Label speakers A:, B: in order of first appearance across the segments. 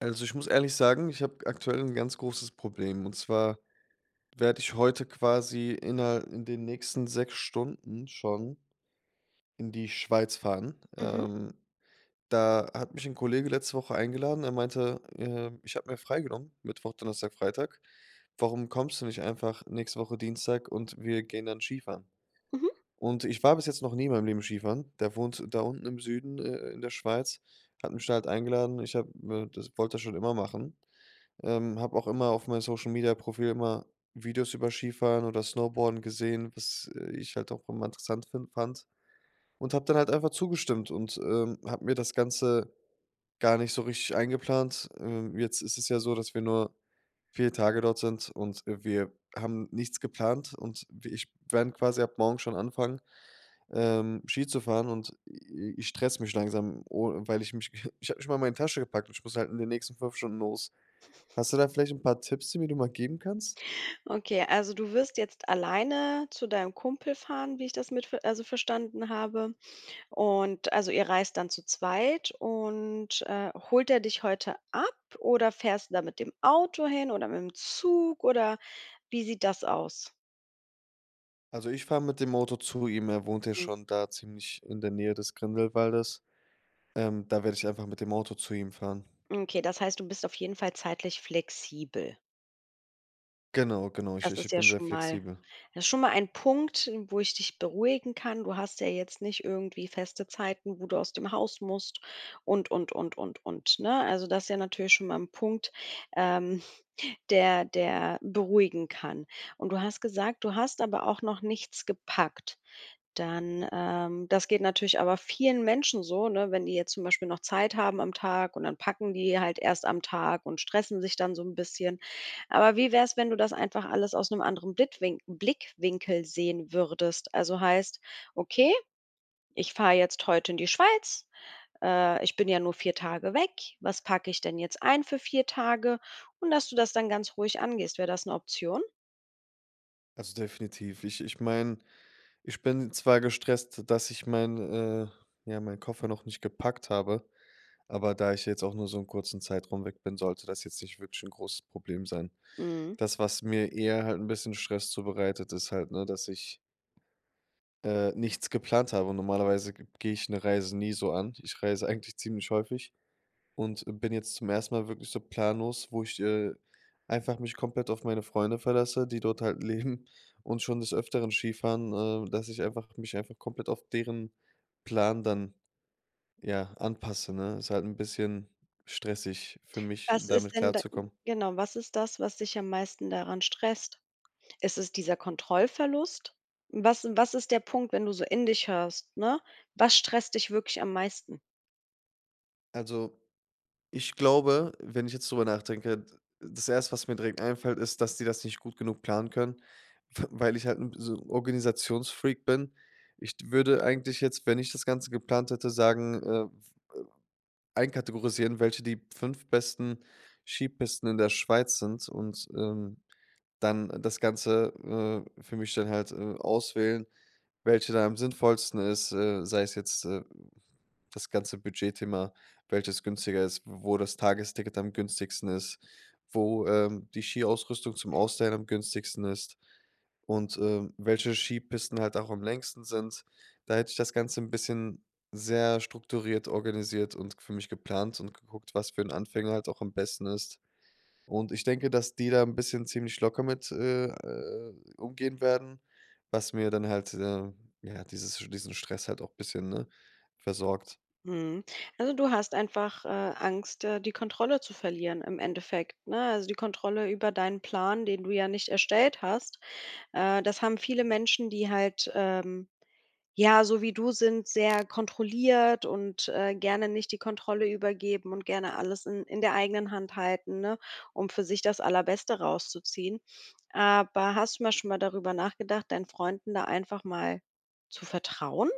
A: Also, ich muss ehrlich sagen, ich habe aktuell ein ganz großes Problem. Und zwar werde ich heute quasi inner in den nächsten 6 Stunden schon in die Schweiz fahren.
B: Mhm,
A: Da hat mich ein Kollege letzte Woche eingeladen. Er meinte, ich habe mir freigenommen, Mittwoch, Donnerstag, Freitag. „Warum kommst du nicht einfach nächste Woche Dienstag und wir gehen dann Skifahren?"
B: mhm.
A: Und ich war bis jetzt noch nie in meinem Leben Skifahren. Der wohnt da unten im Süden, in der Schweiz, hat mich da halt eingeladen. Das wollte das schon immer machen. Habe auch immer auf meinem Social-Media-Profil immer Videos über Skifahren oder Snowboarden gesehen, was, ich halt auch immer interessant fin fand Und habe dann halt einfach zugestimmt und, habe mir das Ganze gar nicht so richtig eingeplant. Jetzt ist es ja so, dass wir nur 4 Tage dort sind und, wir haben nichts geplant, und w ich werde quasi ab morgen schon anfangen, Ski zu fahren, und i ich stress mich langsam, o weil ich mich ich habe nicht mal meine Tasche gepackt, und ich muss halt in den nächsten 5 Stunden los. Hast du da vielleicht ein paar Tipps, die mir du mal geben kannst?
B: Okay, also du wirst jetzt alleine zu deinem Kumpel fahren, wie ich das mit, also verstanden habe. Und also ihr reist dann zu zweit und holt er dich heute ab oder fährst du da mit dem Auto hin oder mit dem Zug oder wie sieht das aus?
A: Also, ich fahre mit dem Auto zu ihm, er wohnt ja
B: Mhm.
A: schon da ziemlich in der Nähe des Grindelwaldes. Da werde ich einfach mit dem Auto zu ihm fahren.
B: Okay, das heißt, du bist auf jeden Fall zeitlich flexibel.
A: Genau, genau, ich
B: Das
A: ich
B: ist ja
A: bin sehr
B: schon mal
A: flexibel.
B: das ist schon mal ein Punkt, wo ich dich beruhigen kann. Du hast ja jetzt nicht irgendwie feste Zeiten, wo du aus dem Haus musst und, und, ne? Also, das ist ja natürlich schon mal ein Punkt, ähm, der beruhigen kann. Und du hast gesagt, du hast aber auch noch nichts gepackt. Dann das geht natürlich aber vielen Menschen so, ne, wenn die jetzt zum Beispiel noch Zeit haben am Tag und dann packen die halt erst am Tag und stressen sich dann so ein bisschen. Aber wie wär's, wenn du das einfach alles aus einem anderen Blitwin Blickwinkel sehen würdest? Also heißt: „Okay, ich fahre jetzt heute in die Schweiz, ich bin ja nur 4 Tage weg, was packe ich denn jetzt ein für 4 Tage? Und dass du das dann ganz ruhig angehst. Wäre das eine Option?
A: Also, definitiv. Ich meine, ich bin zwar gestresst, dass ich mein ja, meinen Koffer noch nicht gepackt habe, aber da ich jetzt auch nur so einen kurzen Zeitraum weg bin, sollte das jetzt nicht wirklich ein großes Problem sein.
B: Mhm.
A: Das, was mir eher halt ein bisschen Stress zubereitet, ist halt, ne, dass ich nichts geplant habe. Und normalerweise ge gehe ich eine Reise nie so an. Ich reise eigentlich ziemlich häufig und bin jetzt zum ersten Mal wirklich so planlos, wo ich, einfach mich komplett auf meine Freunde verlasse, die dort halt leben und schon des Öfteren Skifahren, dass ich einfach mich einfach komplett auf deren Plan dann, ja, anpasse, ne? Ist halt ein bisschen stressig für mich,
B: Was
A: damit
B: ist denn da
A: klarzukommen.
B: genau, was ist das, was dich am meisten daran stresst? Ist es dieser Kontrollverlust? Was ist der Punkt, wenn du so in dich hörst, ne? Was stresst dich wirklich am meisten?
A: Also, ich glaube, wenn ich jetzt drüber nachdenke, das Erste, was mir direkt einfällt, ist, dass die das nicht gut genug planen können, weil ich halt ein so 'n Organisationsfreak bin. Ich würde eigentlich jetzt, wenn ich das Ganze geplant hätte, sagen, einkategorisieren, welche die 5 besten Skipisten in der Schweiz sind, und, dann das Ganze, für mich dann halt, auswählen, welche da am sinnvollsten ist, sei es jetzt, das ganze Budgetthema, welches günstiger ist, wo das Tagesticket am günstigsten ist, wo, die Skiausrüstung zum Ausleihen am günstigsten ist, und, welche Skipisten halt auch am längsten sind. Da hätte ich das Ganze ein bisschen sehr strukturiert organisiert und für mich geplant und geguckt, was für einen Anfänger halt auch am besten ist. Und ich denke, dass die da ein bisschen ziemlich locker mit, umgehen werden, was mir dann halt, ja, dieses diesen Stress halt auch ein bisschen, ne, versorgt.
B: Mhm. Also, du hast einfach, Angst, die Kontrolle zu verlieren im Endeffekt, ne? Also, die Kontrolle über deinen Plan, den du ja nicht erstellt hast. Das haben viele Menschen, die halt, ja, so wie du sind, sehr kontrolliert und, gerne nicht die Kontrolle übergeben und gerne alles in der eigenen Hand halten, ne, um für sich das Allerbeste rauszuziehen. Aber hast du mal schon mal darüber nachgedacht, deinen Freunden da einfach mal zu vertrauen?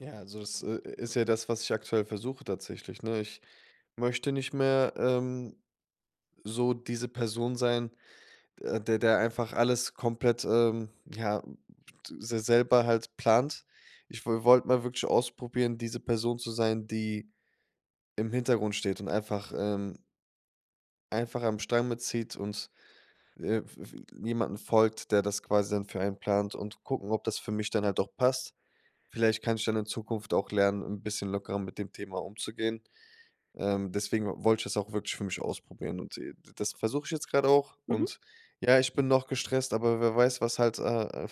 A: Ja, also das, ist ja das, was ich aktuell versuche tatsächlich, ne? Ich möchte nicht mehr, so diese Person sein, der einfach alles komplett, ja, se selber halt plant. Ich wollte mal wirklich ausprobieren, diese Person zu sein, die im Hintergrund steht und einfach am Strang mitzieht und, w w jemanden folgt, der das quasi dann für einen plant, und gucken, ob das für mich dann halt auch passt. Vielleicht kann ich dann in Zukunft auch lernen, ein bisschen lockerer mit dem Thema umzugehen. Deswegen wollte ich das auch wirklich für mich ausprobieren, und, das versuche ich jetzt gerade auch,
B: Mhm.
A: und ja, ich bin noch gestresst, aber wer weiß, was halt,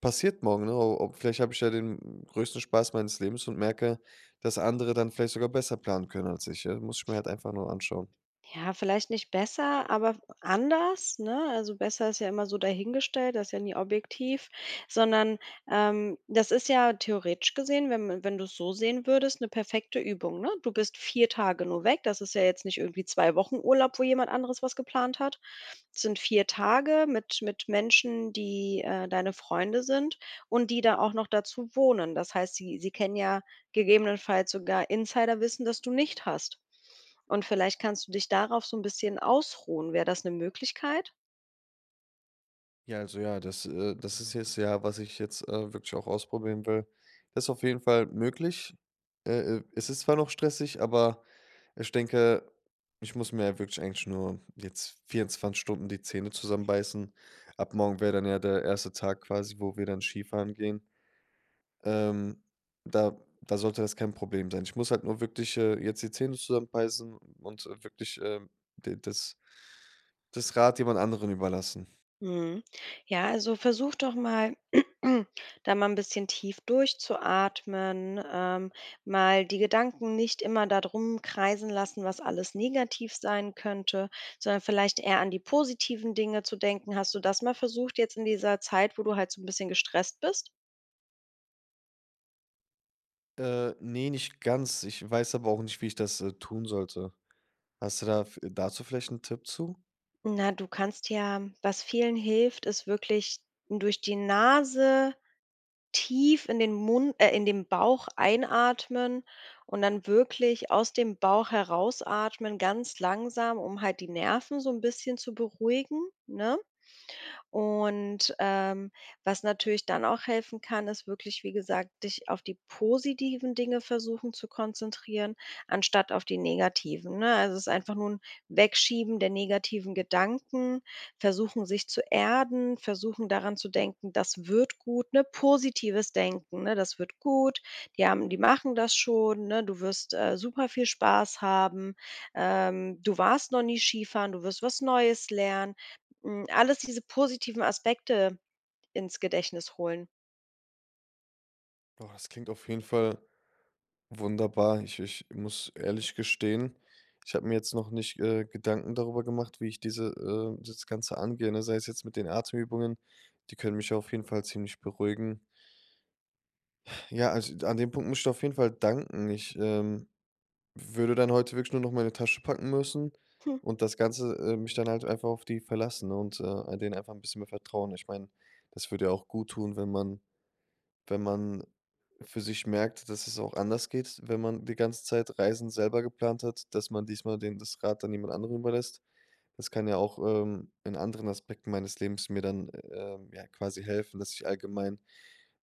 A: passiert morgen, ne? Ob vielleicht habe ich ja den größten Spaß meines Lebens und merke, dass andere dann vielleicht sogar besser planen können als ich, ja? Muss ich mir halt einfach nur anschauen.
B: Ja, vielleicht nicht besser, aber anders, ne? Also besser ist ja immer so dahingestellt, das ist ja nie objektiv, sondern das ist ja theoretisch gesehen, wenn du es so sehen würdest, eine perfekte Übung, ne? Du bist vier Tage nur weg, das ist ja jetzt nicht irgendwie zwei Wochen Urlaub, wo jemand anderes was geplant hat. Es sind vier Tage mit Menschen, die deine Freunde sind und die da auch noch dazu wohnen. Das heißt, sie kennen ja gegebenenfalls sogar Insiderwissen, das du nicht hast. Und vielleicht kannst du dich darauf so ein bisschen ausruhen. Wäre das eine Möglichkeit?
A: Ja, also ja, das ist jetzt ja, was ich jetzt, wirklich auch ausprobieren will. Das ist auf jeden Fall möglich. Es ist zwar noch stressig, aber ich denke, ich muss mir ja wirklich eigentlich nur jetzt 24 Stunden die Zähne zusammenbeißen. Ab morgen wäre dann ja der erste Tag quasi, wo wir dann Skifahren gehen. Ähm, da da sollte das kein Problem sein. Ich muss halt nur wirklich, jetzt die Zähne zusammenbeißen und, wirklich, de das das Rad jemand anderen überlassen.
B: Mhm. Ja, also, versuch doch mal, da mal ein bisschen tief durchzuatmen, mal die Gedanken nicht immer darum kreisen lassen, was alles negativ sein könnte, sondern vielleicht eher an die positiven Dinge zu denken. Hast du das mal versucht jetzt in dieser Zeit, wo du halt so ein bisschen gestresst bist?
A: Ne, nicht ganz. Ich weiß aber auch nicht, wie ich das, tun sollte. Hast du da f dazu vielleicht einen Tipp zu?
B: Na, du kannst ja was vielen hilft, ist wirklich durch die Nase tief in den Mund in den Bauch einatmen und dann wirklich aus dem Bauch herausatmen, ganz langsam, um halt die Nerven so ein bisschen zu beruhigen, ne? Und, was natürlich dann auch helfen kann, ist wirklich, wie gesagt, dich auf die positiven Dinge versuchen zu konzentrieren, anstatt auf die negativen, ne? Also, es ist einfach nur 'n Wegschieben der negativen Gedanken, versuchen, sich zu erden, versuchen, daran zu denken: „Das wird gut“, ne? Positives Denken, ne? „Das wird gut, die machen das schon“, ne? „Du wirst, super viel Spaß haben“, „Du warst noch nie Skifahren, du wirst was Neues lernen.“ Hm, alles diese positiven Aspekte ins Gedächtnis holen.
A: Boah, das klingt auf jeden Fall wunderbar. Ich muss ehrlich gestehen, ich habe mir jetzt noch nicht, Gedanken darüber gemacht, wie ich diese das Ganze angehe, ne? Sei es jetzt mit den Atemübungen, die können mich auf jeden Fall ziemlich beruhigen. Ja, also, an dem Punkt muss ich dir auf jeden Fall danken. Ich würde dann heute wirklich nur noch meine Tasche packen müssen,
B: Hm,
A: und mich dann halt einfach auf die verlassen, ne, und, denen einfach ein bisschen mehr vertrauen. Ich meine, das würde ja auch gut tun, wenn man wenn man für sich merkt, dass es auch anders geht, wenn man die ganze Zeit Reisen selber geplant hat, dass man diesmal den das Rad dann jemand anderem überlässt. Das kann ja auch, in anderen Aspekten meines Lebens mir dann, ja, quasi helfen, dass ich allgemein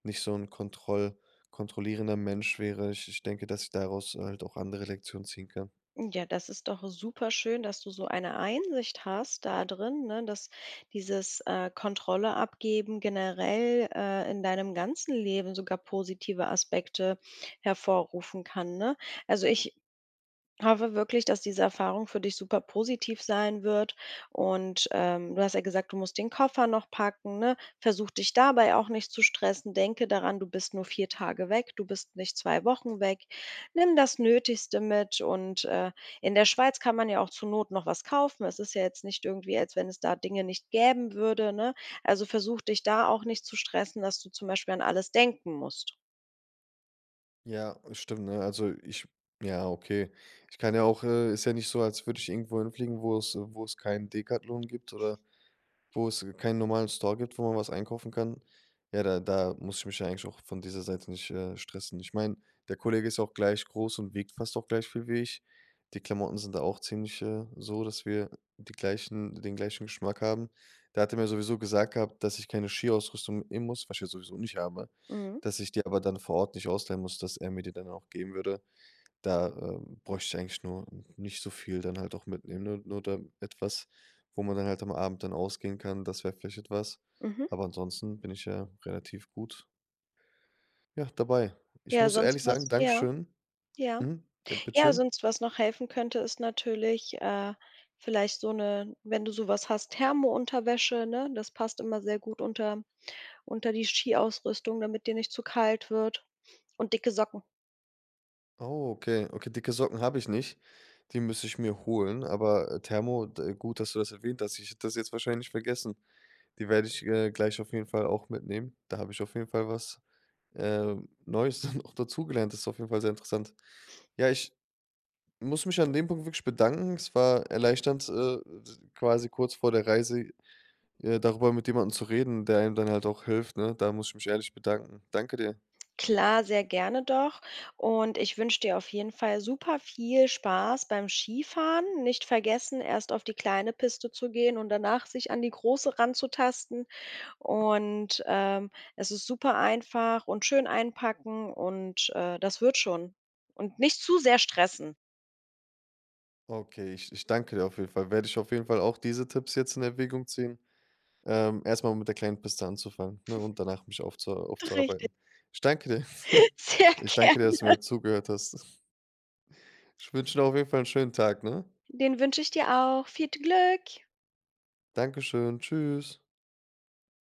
A: nicht so ein kontrollierender Mensch wäre. Ich denke, dass ich daraus halt auch andere Lektionen ziehen kann.
B: ja, das ist doch super schön, dass du so eine Einsicht hast da drin, ne, dass dieses, Kontrolle abgeben generell, in deinem ganzen Leben sogar positive Aspekte hervorrufen kann, ne? Also, ich hoffe wirklich, dass diese Erfahrung für dich super positiv sein wird und, du hast ja gesagt, du musst den Koffer noch packen, ne? Versuch dich dabei auch nicht zu stressen. Denke daran, du bist nur 4 Tage weg, du bist nicht 2 Wochen weg. Nimm das Nötigste mit und, in der Schweiz kann man ja auch zur Not noch was kaufen. Es ist ja jetzt nicht irgendwie, als wenn es da Dinge nicht gäben würde, ne? Also, versuch dich da auch nicht zu stressen, dass du zum Beispiel an alles denken musst.
A: Ja, stimmt, ne? Also, ich ja, okay. Ich kann ja auch ist ja nicht so, als würde ich irgendwo hinfliegen, wo es keinen Decathlon gibt oder wo es keinen normalen Store gibt, wo man was einkaufen kann, ja, da muss ich mich ja eigentlich auch von dieser Seite nicht, stressen. Ich meine, der Kollege ist ja auch gleich groß und wiegt fast auch gleich viel wie ich. Die Klamotten sind da auch ziemlich, so, dass wir die gleichen den gleichen Geschmack haben. Der hatte mir sowieso gesagt gehabt, dass ich keine Skiausrüstung mitnehmen muss, was ich ja sowieso nicht habe,
B: Mhm,
A: dass ich die aber dann vor Ort nicht ausleihen muss, dass er mir die dann auch geben würde. Da, bräuchte ich eigentlich nur nicht so viel dann halt auch mitnehmen, nur da etwas, wo man dann halt am Abend dann ausgehen kann, das wäre vielleicht etwas.
B: mhm.
A: Aber ansonsten bin ich ja relativ gut, ja, dabei. Ich
B: Ja,
A: muss
B: sonst
A: ehrlich sagen,
B: was ja,
A: Dankeschön.
B: ja.
A: Mhm. Ja,
B: Ja,
A: bitteschön.
B: sonst was noch helfen könnte, ist natürlich, vielleicht so eine, wenn du sowas hast, Thermounterwäsche, ne? Das passt immer sehr gut unter die Skiausrüstung, damit dir nicht zu kalt wird und dicke Socken.
A: Oh, okay. Okay, dicke Socken habe ich nicht. Die müsste ich mir holen. Aber Thermo, gut, dass du das erwähnt hast. Ich hätte das jetzt wahrscheinlich vergessen. Die werde ich gleich auf jeden Fall auch mitnehmen. Da habe ich auf jeden Fall was äh, Neues dann auch dazugelernt. Das ist auf jeden Fall sehr interessant. Ja, ich muss mich an dem Punkt wirklich bedanken. Es war erleichternd, quasi kurz vor der Reise darüber mit jemandem zu reden, der einem dann halt auch hilft. Ne? Da muss ich mich ehrlich bedanken. Danke dir.
B: Klar, sehr gerne doch. Und ich wünsche dir auf jeden Fall super viel Spaß beim Skifahren. Nicht vergessen, erst auf die kleine Piste zu gehen und danach sich an die große ranzutasten. Und es ist super einfach und schön einpacken und das wird schon. Und nicht zu sehr stressen.
A: Okay, ich danke dir auf jeden Fall. Werde ich auf jeden Fall auch diese Tipps jetzt in Erwägung ziehen. Erst mit der kleinen Piste anzufangen, ne, und danach mich
B: Richtig.
A: aufzuarbeiten. Ich danke dir.
B: Sehr
A: Ich danke dir,
B: gerne.
A: dass du mir zugehört hast. Ich wünsche dir auf jeden Fall einen schönen Tag, ne?
B: Den wünsche ich dir auch. Viel Glück.
A: Dankeschön. Tschüss.